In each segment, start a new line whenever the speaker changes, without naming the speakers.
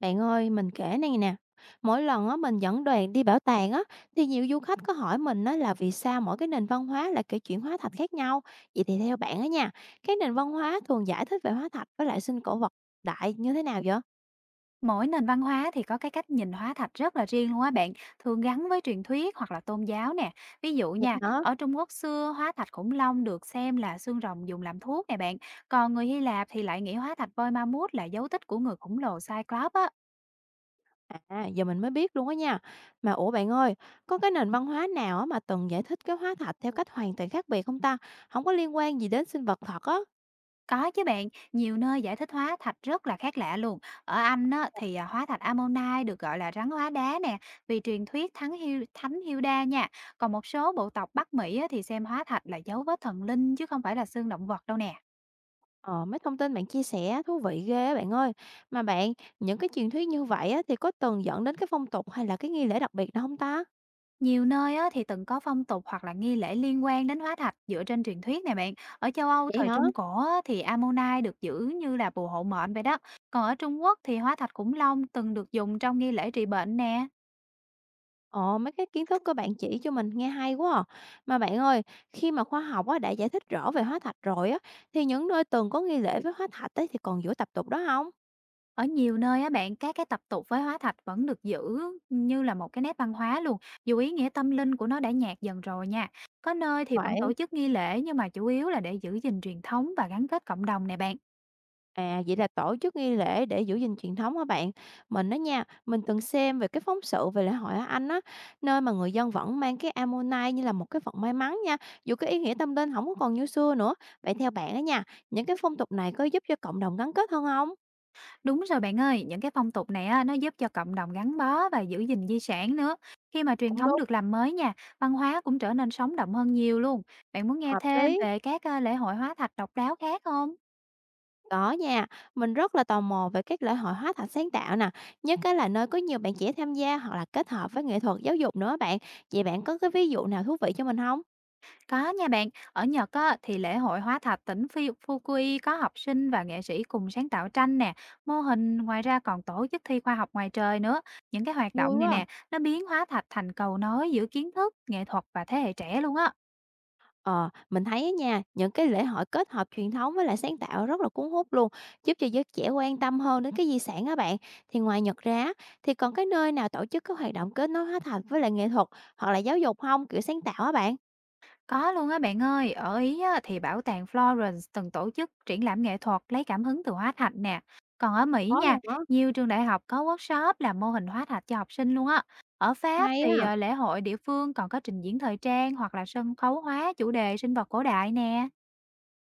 Bạn ơi, mình kể này nè, mỗi lần á mình dẫn đoàn đi bảo tàng á thì nhiều du khách có hỏi mình á là vì sao mỗi cái nền văn hóa lại kể chuyện hóa thạch khác nhau. Vậy thì theo bạn á nha, cái nền văn hóa thường giải thích về hóa thạch với lại sinh cổ vật đại như thế nào vậy?
Mỗi nền văn hóa thì có cái cách nhìn hóa thạch rất là riêng luôn á bạn, thường gắn với truyền thuyết hoặc là tôn giáo nè. Ví dụ
Vậy
nha,
hả?
ở Trung Quốc xưa hóa thạch khủng long được xem là xương rồng dùng làm thuốc nè bạn. Còn người Hy Lạp thì lại nghĩ hóa thạch voi ma mút là dấu tích của người khổng lồ Cyclops á.
À, giờ mình mới biết luôn á nha. Mà ủa bạn ơi, có cái nền văn hóa nào á mà từng giải thích cái hóa thạch theo cách hoàn toàn khác biệt không ta? Không có liên quan gì đến sinh vật thật á.
Có chứ bạn, nhiều nơi giải thích hóa thạch rất là khác lạ luôn. Ở Anh á, thì hóa thạch Ammonite được gọi là rắn hóa đá nè, vì truyền thuyết thánh thánh Hilda nha. Còn một số bộ tộc Bắc Mỹ á, thì xem hóa thạch là dấu vết thần linh chứ không phải là xương động vật đâu nè.
Ờ, mấy thông tin bạn chia sẻ thú vị ghê á bạn ơi. Mà bạn, những cái truyền thuyết như vậy á, thì có từng dẫn đến cái phong tục hay là cái nghi lễ đặc biệt nào không ta?
Nhiều nơi á, thì từng có phong tục hoặc là nghi lễ liên quan đến hóa thạch dựa trên truyền thuyết này bạn. Ở châu Âu
Vậy
thời
hả?
Trung Cổ á, thì Ammonite được giữ như là bùa hộ mệnh vậy đó. Còn ở Trung Quốc thì hóa thạch khủng long từng được dùng trong nghi lễ trị bệnh nè.
Ồ, mấy cái kiến thức của bạn chỉ cho mình nghe hay quá à. Mà bạn ơi, khi mà khoa học á, đã giải thích rõ về hóa thạch rồi á, thì những nơi từng có nghi lễ với hóa thạch ấy, thì còn giữ tập tục đó không
Ở nhiều nơi á bạn, các cái tập tục với hóa thạch vẫn được giữ như là một cái nét văn hóa luôn, dù ý nghĩa tâm linh của nó đã nhạt dần rồi nha. Có nơi thì vẫn tổ
vậy?
chức nghi lễ nhưng mà chủ yếu là để giữ gìn truyền thống và gắn kết cộng đồng nè bạn.
À, vậy là tổ chức nghi lễ để giữ gìn truyền thống hả bạn? Mình đó nha, mình từng xem về cái phóng sự về lễ hội ở Anh á, nơi mà người dân vẫn mang cái ammonite như là một cái vật may mắn nha, dù cái ý nghĩa tâm linh không có còn như xưa nữa. Vậy theo bạn đó nha, những cái phong tục này có giúp cho cộng đồng gắn kết hơn không?
Đúng rồi bạn ơi, những cái phong tục này á, nó giúp cho cộng đồng gắn bó và giữ gìn di sản nữa. Khi mà truyền
Cũng
thống
đúng,
được làm mới nha, văn hóa cũng trở nên sống động hơn nhiều luôn. Bạn muốn nghe
hợp
thêm
lý.
về các lễ hội hóa thạch độc đáo khác không?
Có nha, mình rất là tò mò về các lễ hội hóa thạch sáng tạo nè, nhất cái là nơi có nhiều bạn trẻ tham gia hoặc là kết hợp với nghệ thuật giáo dục nữa bạn. Vậy bạn có cái ví dụ nào thú vị cho mình không?
Có nha bạn, ở Nhật á, thì lễ hội hóa thạch tỉnh Fukui có học sinh và nghệ sĩ cùng sáng tạo tranh nè, mô hình ngoài ra còn tổ chức thi khoa học ngoài trời nữa. Những cái hoạt
Vui
động này
quá.
nè, nó biến hóa thạch thành cầu nối giữa kiến thức, nghệ thuật và thế hệ trẻ luôn á.
Ờ, mình thấy á nha, những cái lễ hội kết hợp truyền thống với lại sáng tạo rất là cuốn hút luôn, giúp cho giới trẻ quan tâm hơn đến cái di sản á bạn. Thì ngoài Nhật ra á, thì còn cái nơi nào tổ chức các hoạt động kết nối hóa thạch với lại nghệ thuật hoặc là giáo dục không, kiểu sáng tạo á bạn?
Có luôn á bạn ơi, ở Ý á, thì bảo tàng Florence từng tổ chức triển lãm nghệ thuật lấy cảm hứng từ hóa thạch nè. Còn ở Mỹ
Có
nha,
luôn á.
nhiều trường đại học có workshop làm mô hình hóa thạch cho học sinh luôn á. Ở Pháp
Hay
thì
á.
lễ hội địa phương còn có trình diễn thời trang hoặc là sân khấu hóa chủ đề sinh vật cổ đại nè.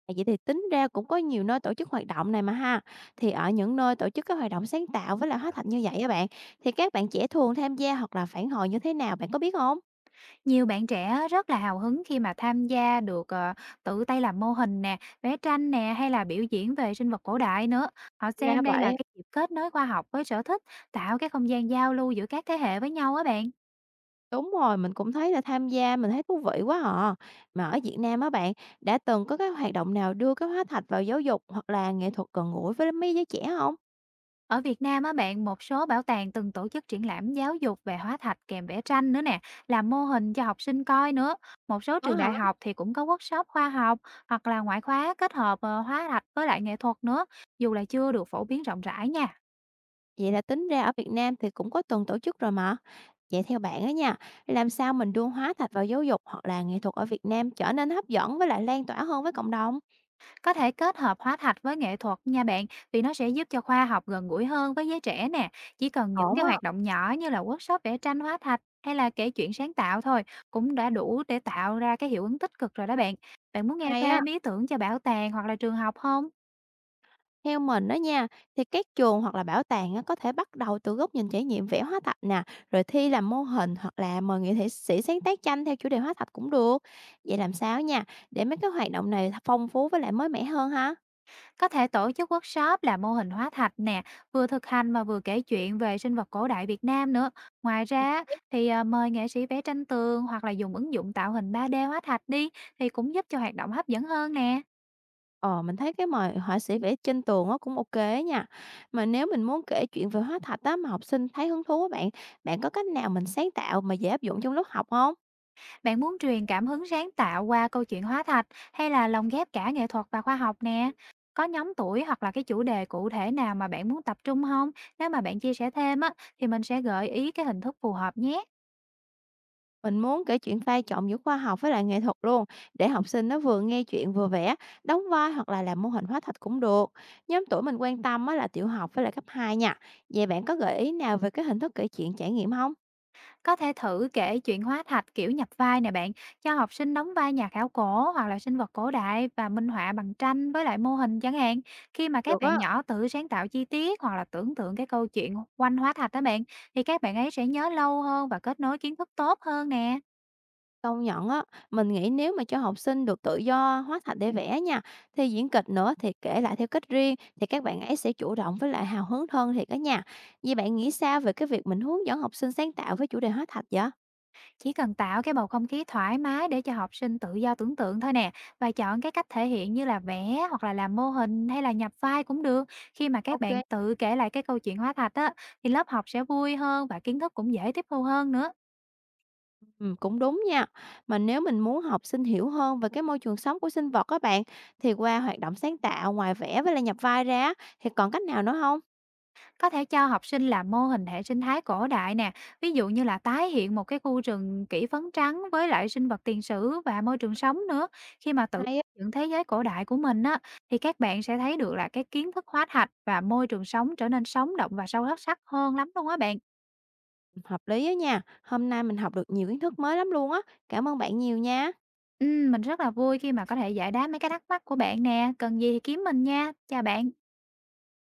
À, vậy thì tính ra cũng có nhiều nơi tổ chức hoạt động này mà ha. Thì ở những nơi tổ chức các hoạt động sáng tạo với lại hóa thạch như vậy á bạn, thì các bạn trẻ thường tham gia hoặc là phản hồi như thế nào, bạn có biết không?
Nhiều bạn trẻ rất là hào hứng khi mà tham gia được, tự tay làm mô hình nè, vẽ tranh nè, hay là biểu diễn về sinh vật cổ đại nữa. Họ
Ra
xem đây là
vậy.
cái dịp kết nối khoa học với sở thích, tạo cái không gian giao lưu giữa các thế hệ với nhau á bạn.
Đúng rồi, mình cũng thấy là tham gia mình thấy thú vị quá à. Mà ở Việt Nam á bạn, đã từng có cái hoạt động nào đưa cái hóa thạch vào giáo dục hoặc là nghệ thuật gần gũi với mấy giới trẻ không?
Ở Việt Nam á bạn, một số bảo tàng từng tổ chức triển lãm giáo dục về hóa thạch kèm vẽ tranh nữa nè, làm mô hình cho học sinh coi nữa. Một số
Có
trường
hả?
đại học thì cũng có workshop khoa học hoặc là ngoại khóa kết hợp, hóa thạch với lại nghệ thuật nữa, dù là chưa được phổ biến rộng rãi nha.
Vậy là tính ra ở Việt Nam thì cũng có từng tổ chức rồi mà. Vậy theo bạn á nha, làm sao mình đưa hóa thạch vào giáo dục hoặc là nghệ thuật ở Việt Nam trở nên hấp dẫn với lại lan tỏa hơn với cộng đồng?
Có thể kết hợp hóa thạch với nghệ thuật nha bạn, vì nó sẽ giúp cho khoa học gần gũi hơn với giới trẻ nè. Chỉ cần những
Ổn
cái
á,
hoạt động nhỏ như là workshop vẽ tranh hóa thạch hay là kể chuyện sáng tạo thôi cũng đã đủ để tạo ra cái hiệu ứng tích cực rồi đó bạn. Bạn muốn nghe
hay á.
thêm ý tưởng cho bảo tàng hoặc là trường học không?
Theo mình đó nha, thì các trường hoặc là bảo tàng á, có thể bắt đầu từ góc nhìn trải nghiệm vẽ hóa thạch nè, rồi thi làm mô hình hoặc là mời sĩ sáng tác tranh theo chủ đề hóa thạch cũng được. Vậy làm sao nha, để mấy cái hoạt động này phong phú với lại mới mẻ hơn ha?
Có thể tổ chức workshop là mô hình hóa thạch nè, vừa thực hành mà vừa kể chuyện về sinh vật cổ đại Việt Nam nữa. Ngoài ra thì mời nghệ sĩ vẽ tranh tường hoặc là dùng ứng dụng tạo hình 3D hóa thạch đi thì cũng giúp cho hoạt động hấp dẫn hơn nè.
Ờ, mình thấy cái mời họa sĩ vẽ trên tường nó cũng ok á nha. Mà nếu mình muốn kể chuyện về hóa thạch á mà học sinh thấy hứng thú á bạn, bạn có cách nào mình sáng tạo mà dễ áp dụng trong lớp học không?
Bạn muốn truyền cảm hứng sáng tạo qua câu chuyện hóa thạch hay là lồng ghép cả nghệ thuật và khoa học nè? Có nhóm tuổi hoặc là cái chủ đề cụ thể nào mà bạn muốn tập trung không? Nếu mà bạn chia sẻ thêm á, thì mình sẽ gợi ý cái hình thức phù hợp nhé.
Mình muốn kể chuyện pha trộn giữa khoa học với lại nghệ thuật luôn, để học sinh nó vừa nghe chuyện vừa vẽ, đóng vai hoặc là làm mô hình hóa thạch cũng được. Nhóm tuổi mình quan tâm á là tiểu học với lại cấp 2 nha. Vậy bạn có gợi ý nào về cái hình thức kể chuyện trải nghiệm không?
Có thể thử kể chuyện hóa thạch kiểu nhập vai nè bạn, cho học sinh đóng vai nhà khảo cổ hoặc là sinh vật cổ đại và minh họa bằng tranh với lại mô hình chẳng hạn. Khi mà các
Được
bạn
á,
nhỏ tự sáng tạo chi tiết hoặc là tưởng tượng cái câu chuyện quanh hóa thạch đó bạn, thì các bạn ấy sẽ nhớ lâu hơn và kết nối kiến thức tốt hơn nè.
công nhận á, mình nghĩ nếu mà cho học sinh được tự do hóa thạch để vẽ nha, thì diễn kịch nữa thì kể lại theo cách riêng thì các bạn ấy sẽ chủ động với lại hào hứng hơn thiệt đó nha. Vậy bạn nghĩ sao về cái việc mình hướng dẫn học sinh sáng tạo với chủ đề hóa thạch vậy?
Chỉ cần tạo cái bầu không khí thoải mái để cho học sinh tự do tưởng tượng thôi nè và chọn cái cách thể hiện như là vẽ hoặc là làm mô hình hay là nhập vai cũng được. Khi mà các
Ok.
bạn tự kể lại cái câu chuyện hóa thạch á thì lớp học sẽ vui hơn và kiến thức cũng dễ tiếp thu hơn nữa.
Cũng đúng nha. Mà nếu mình muốn học sinh hiểu hơn về cái môi trường sống của sinh vật các bạn, thì qua hoạt động sáng tạo ngoài vẽ với lại nhập vai ra thì còn cách nào nữa không?
Có thể cho học sinh làm mô hình hệ sinh thái cổ đại nè, ví dụ như là tái hiện một cái khu rừng kỹ phấn trắng với lại sinh vật tiền sử và môi trường sống nữa. Khi mà tự
Hay á,
dựng thế giới cổ đại của mình á, thì các bạn sẽ thấy được là cái kiến thức hóa thạch và môi trường sống trở nên sống động và sâu hấp sắc hơn lắm luôn á bạn.
hợp lý á nha. Hôm nay mình học được nhiều kiến thức mới lắm luôn á. Cảm ơn bạn nhiều nha.
Mình rất là vui khi mà có thể giải đáp mấy cái thắc mắc của bạn nè, cần gì thì kiếm mình nha. Chào bạn.